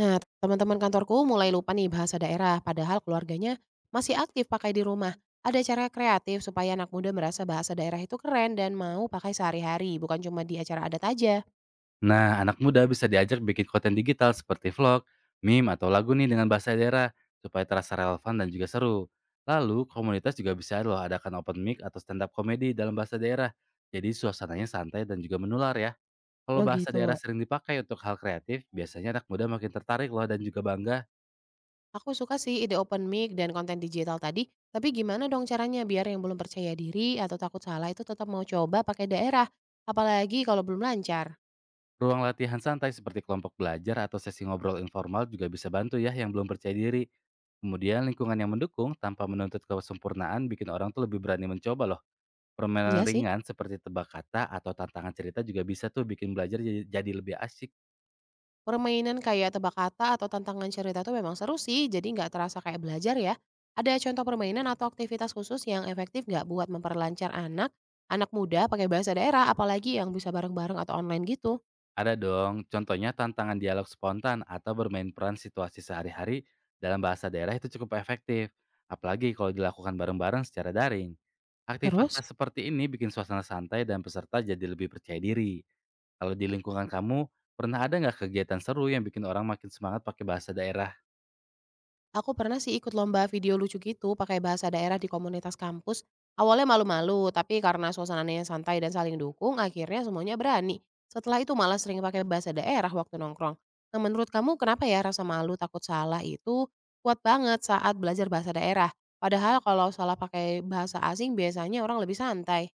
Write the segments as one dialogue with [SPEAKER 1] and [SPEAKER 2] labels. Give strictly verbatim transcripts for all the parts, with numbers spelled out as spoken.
[SPEAKER 1] Nah, teman-teman kantorku mulai lupa nih bahasa daerah, padahal keluarganya masih aktif pakai di rumah. Ada cara kreatif supaya anak muda merasa bahasa daerah itu keren dan mau pakai sehari-hari, bukan cuma di acara adat aja.
[SPEAKER 2] Nah, anak muda bisa diajak bikin konten digital seperti vlog, meme, atau lagu nih dengan bahasa daerah supaya terasa relevan dan juga seru. Lalu, komunitas juga bisa loh adakan open mic atau stand up comedy dalam bahasa daerah. Jadi suasananya santai dan juga menular ya. Kalau
[SPEAKER 1] Oh
[SPEAKER 2] bahasa daerah
[SPEAKER 1] gitu.
[SPEAKER 2] sering dipakai untuk hal kreatif, biasanya anak muda makin tertarik loh dan juga bangga.
[SPEAKER 1] Aku suka sih ide open mic dan konten digital tadi, tapi gimana dong caranya biar yang belum percaya diri atau takut salah itu tetap mau coba pakai daerah, apalagi kalau belum lancar.
[SPEAKER 2] Ruang latihan santai seperti kelompok belajar atau sesi ngobrol informal juga bisa bantu ya yang belum percaya diri. Kemudian lingkungan yang mendukung tanpa menuntut kesempurnaan bikin orang tuh lebih berani mencoba loh. Permainan
[SPEAKER 1] Iya sih.
[SPEAKER 2] ringan seperti tebak kata atau tantangan cerita juga bisa tuh bikin belajar jadi, jadi lebih asyik.
[SPEAKER 1] Permainan kayak tebak kata atau tantangan cerita tuh memang seru sih, jadi nggak terasa kayak belajar ya. Ada contoh permainan atau aktivitas khusus yang efektif nggak buat memperlancar anak, anak muda pakai bahasa daerah, apalagi yang bisa bareng-bareng atau online gitu?
[SPEAKER 2] Ada dong, contohnya tantangan dialog spontan atau bermain peran situasi sehari-hari dalam bahasa daerah itu cukup efektif. Apalagi kalau dilakukan bareng-bareng secara daring.
[SPEAKER 1] Terus?
[SPEAKER 2] Aktivitas seperti ini bikin suasana santai dan peserta jadi lebih percaya diri. Kalau di lingkungan kamu, pernah ada nggak kegiatan seru yang bikin orang makin semangat pakai bahasa daerah?
[SPEAKER 1] Aku pernah sih ikut lomba video lucu gitu pakai bahasa daerah di komunitas kampus. Awalnya malu-malu, tapi karena suasananya santai dan saling dukung, akhirnya semuanya berani. Setelah itu malah sering pakai bahasa daerah waktu nongkrong. Nah menurut kamu kenapa ya rasa malu takut salah itu kuat banget saat belajar bahasa daerah? Padahal kalau salah pakai bahasa asing biasanya orang lebih santai.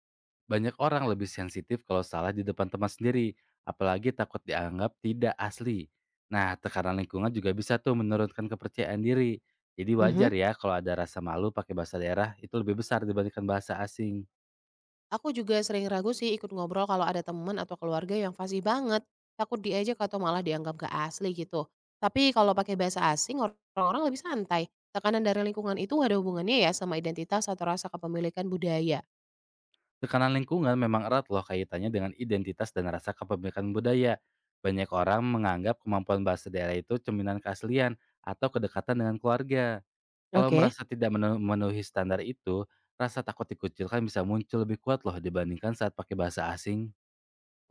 [SPEAKER 2] Banyak orang lebih sensitif kalau salah di depan teman sendiri, apalagi takut dianggap tidak asli. Nah, tekanan lingkungan juga bisa tuh menurunkan kepercayaan diri. Jadi
[SPEAKER 1] Mhm.
[SPEAKER 2] wajar ya kalau ada rasa malu pakai bahasa daerah itu lebih besar dibandingkan bahasa asing.
[SPEAKER 1] Aku juga sering ragu sih ikut ngobrol kalau ada teman atau keluarga yang fasih banget. Takut diajak atau malah dianggap gak asli gitu. Tapi kalau pakai bahasa asing, or- orang-orang lebih santai. Tekanan dari lingkungan itu ada hubungannya ya sama identitas atau rasa kepemilikan budaya.
[SPEAKER 2] Tekanan lingkungan memang erat loh kaitannya dengan identitas dan rasa kepemilikan budaya. Banyak orang menganggap kemampuan bahasa daerah itu cerminan keaslian atau kedekatan dengan keluarga. Kalau
[SPEAKER 1] Oke.
[SPEAKER 2] merasa tidak mene memenuhi standar itu, rasa takut dikucilkan bisa muncul lebih kuat loh dibandingkan saat pakai bahasa asing.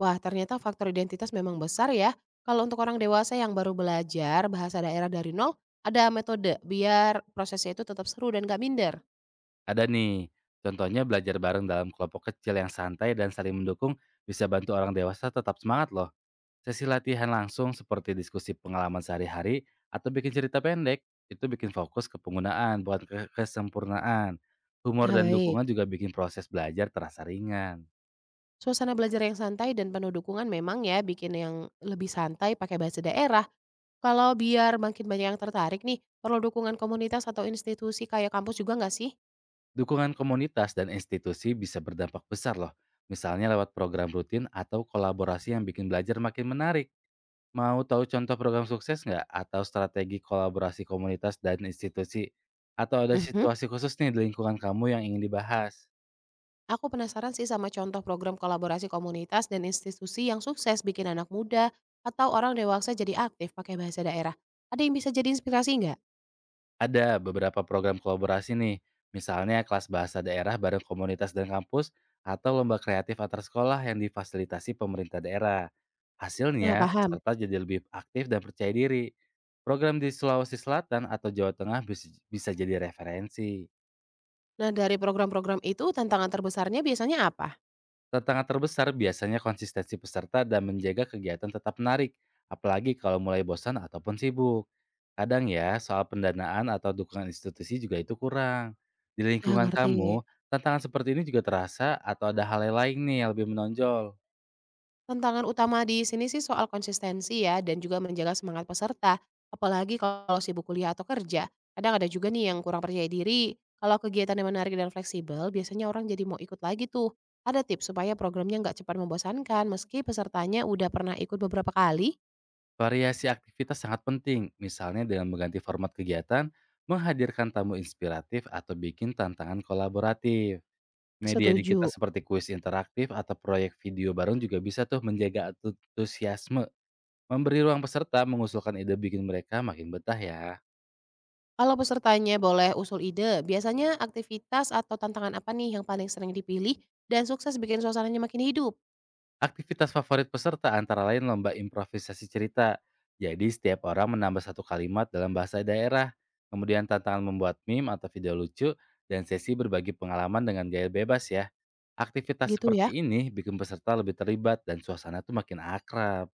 [SPEAKER 1] Wah, ternyata faktor identitas memang besar ya. Kalau untuk orang dewasa yang baru belajar bahasa daerah dari nol, ada metode biar prosesnya itu tetap seru dan gak minder.
[SPEAKER 2] Ada nih, contohnya belajar bareng dalam kelompok kecil yang santai dan saling mendukung bisa bantu orang dewasa tetap semangat loh. Sesi latihan langsung seperti diskusi pengalaman sehari-hari atau bikin cerita pendek, itu bikin fokus ke penggunaan, bukan ke kesempurnaan. Humor
[SPEAKER 1] Nah
[SPEAKER 2] dan
[SPEAKER 1] baik.
[SPEAKER 2] dukungan juga bikin proses belajar terasa ringan.
[SPEAKER 1] Suasana belajar yang santai dan penuh dukungan memang ya bikin yang lebih santai pakai bahasa daerah. Kalau biar makin banyak yang tertarik nih, perlu dukungan komunitas atau institusi kayak kampus juga nggak sih?
[SPEAKER 2] Dukungan komunitas dan institusi bisa berdampak besar loh, misalnya lewat program rutin atau kolaborasi yang bikin belajar makin menarik. Mau tahu contoh program sukses nggak? Atau strategi kolaborasi komunitas dan institusi? Atau ada
[SPEAKER 1] Mhm.
[SPEAKER 2] situasi khusus nih di lingkungan kamu yang ingin dibahas?
[SPEAKER 1] Aku penasaran sih sama contoh program kolaborasi komunitas dan institusi yang sukses bikin anak muda atau orang dewasa jadi aktif pakai bahasa daerah. Ada yang bisa jadi inspirasi nggak?
[SPEAKER 2] Ada beberapa program kolaborasi nih, misalnya kelas bahasa daerah bareng komunitas dan kampus, atau lomba kreatif antar sekolah yang difasilitasi pemerintah daerah.
[SPEAKER 1] Nah,
[SPEAKER 2] Hasilnya,
[SPEAKER 1] paham.
[SPEAKER 2] peserta jadi lebih aktif dan percaya diri. Program di Sulawesi Selatan atau Jawa Tengah bisa bisa jadi referensi.
[SPEAKER 1] Nah, dari program-program itu tantangan terbesarnya biasanya apa?
[SPEAKER 2] Tantangan terbesar biasanya konsistensi peserta dan menjaga kegiatan tetap menarik, apalagi kalau mulai bosan ataupun sibuk. Kadang ya, soal pendanaan atau dukungan institusi juga itu kurang. Di
[SPEAKER 1] Ah,
[SPEAKER 2] lingkungan
[SPEAKER 1] ngerti.
[SPEAKER 2] kamu, tantangan seperti ini juga terasa atau ada hal yang lain nih yang lebih menonjol.
[SPEAKER 1] Tantangan utama di sini sih soal konsistensi ya dan juga menjaga semangat peserta, apalagi kalau sibuk kuliah atau kerja. Kadang ada juga nih yang kurang percaya diri, kalau kegiatan yang menarik dan fleksibel biasanya orang jadi mau ikut lagi tuh. Ada tips supaya programnya nggak cepat membosankan meski pesertanya udah pernah ikut beberapa kali?
[SPEAKER 2] Variasi aktivitas sangat penting, misalnya dengan mengganti format kegiatan, menghadirkan tamu inspiratif atau bikin tantangan kolaboratif. Media digital
[SPEAKER 1] Setuju.
[SPEAKER 2] seperti kuis interaktif atau proyek video bareng juga bisa tuh menjaga antusiasme. Memberi ruang peserta mengusulkan ide bikin mereka makin betah ya.
[SPEAKER 1] Kalau pesertanya boleh usul ide, biasanya aktivitas atau tantangan apa nih yang paling sering dipilih dan sukses bikin suasananya makin hidup?
[SPEAKER 2] Aktivitas favorit peserta antara lain lomba improvisasi cerita. Jadi setiap orang menambah satu kalimat dalam bahasa daerah. Kemudian tantangan membuat meme atau video lucu dan sesi berbagi pengalaman dengan gaya bebas ya. Aktivitas
[SPEAKER 1] Gitu ya.
[SPEAKER 2] seperti ini bikin peserta lebih terlibat dan suasana tuh makin akrab.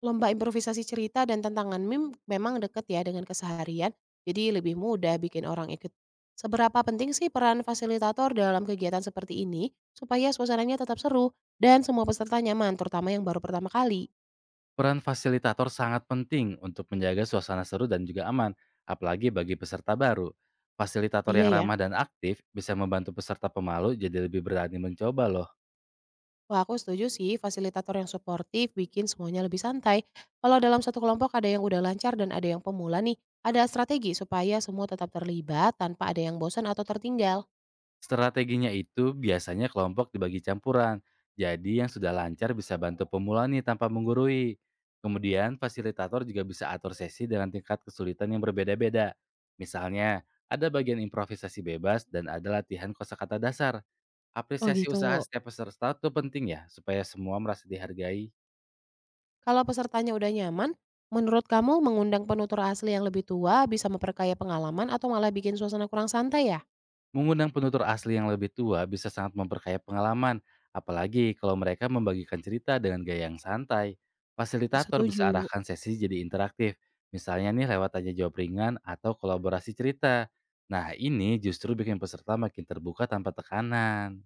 [SPEAKER 1] Lomba improvisasi cerita dan tantangan meme memang dekat ya dengan keseharian, jadi lebih mudah bikin orang ikut. Seberapa penting sih peran fasilitator dalam kegiatan seperti ini supaya suasananya tetap seru dan semua peserta nyaman, terutama yang baru pertama kali?
[SPEAKER 2] Peran fasilitator sangat penting untuk menjaga suasana seru dan juga aman, apalagi bagi peserta baru. Fasilitator
[SPEAKER 1] Iya
[SPEAKER 2] yang
[SPEAKER 1] ya.
[SPEAKER 2] ramah dan aktif bisa membantu peserta pemalu jadi lebih berani mencoba loh.
[SPEAKER 1] Wah, aku setuju sih fasilitator yang suportif bikin semuanya lebih santai. Kalau dalam satu kelompok ada yang udah lancar dan ada yang pemula nih, ada strategi supaya semua tetap terlibat tanpa ada yang bosan atau tertinggal.
[SPEAKER 2] Strateginya itu biasanya kelompok dibagi campuran, jadi yang sudah lancar bisa bantu pemula nih tanpa menggurui. Kemudian fasilitator juga bisa atur sesi dengan tingkat kesulitan yang berbeda-beda. Misalnya, ada bagian improvisasi bebas dan ada latihan kosakata dasar.
[SPEAKER 1] Oh
[SPEAKER 2] Apresiasi usaha
[SPEAKER 1] gitu.
[SPEAKER 2] setiap peserta itu penting ya, supaya semua merasa dihargai.
[SPEAKER 1] Kalau pesertanya udah nyaman, menurut kamu mengundang penutur asli yang lebih tua bisa memperkaya pengalaman atau malah bikin suasana kurang santai ya?
[SPEAKER 2] Mengundang penutur asli yang lebih tua bisa sangat memperkaya pengalaman, apalagi kalau mereka membagikan cerita dengan gaya yang santai. Fasilitator bisa
[SPEAKER 1] Setuju.
[SPEAKER 2] arahkan sesi jadi interaktif, misalnya nih lewat tanya jawab ringan atau kolaborasi cerita. Nah ini justru bikin peserta makin terbuka tanpa tekanan.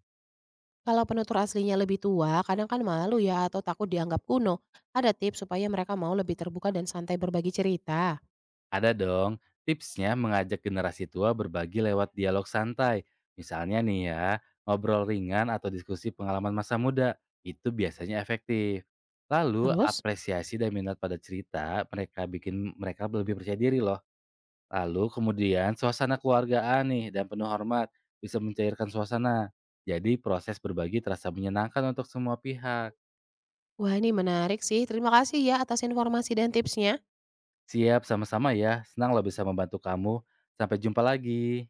[SPEAKER 1] Kalau penutur aslinya lebih tua, kadang kan malu ya atau takut dianggap kuno. Ada tips supaya mereka mau lebih terbuka dan santai berbagi cerita.
[SPEAKER 2] Ada dong, tipsnya mengajak generasi tua berbagi lewat dialog santai. Misalnya nih ya, ngobrol ringan atau diskusi pengalaman masa muda, itu biasanya efektif. Lalu
[SPEAKER 1] Terus,
[SPEAKER 2] apresiasi dan minat pada cerita, mereka bikin mereka lebih percaya diri loh. Lalu kemudian suasana keluargaan nih dan penuh hormat bisa mencairkan suasana. Jadi proses berbagi terasa menyenangkan untuk semua pihak.
[SPEAKER 1] wah ini menarik sih. Terima kasih ya atas informasi dan tipsnya.
[SPEAKER 2] Siap sama-sama ya, senang lo bisa membantu kamu. Sampai jumpa lagi.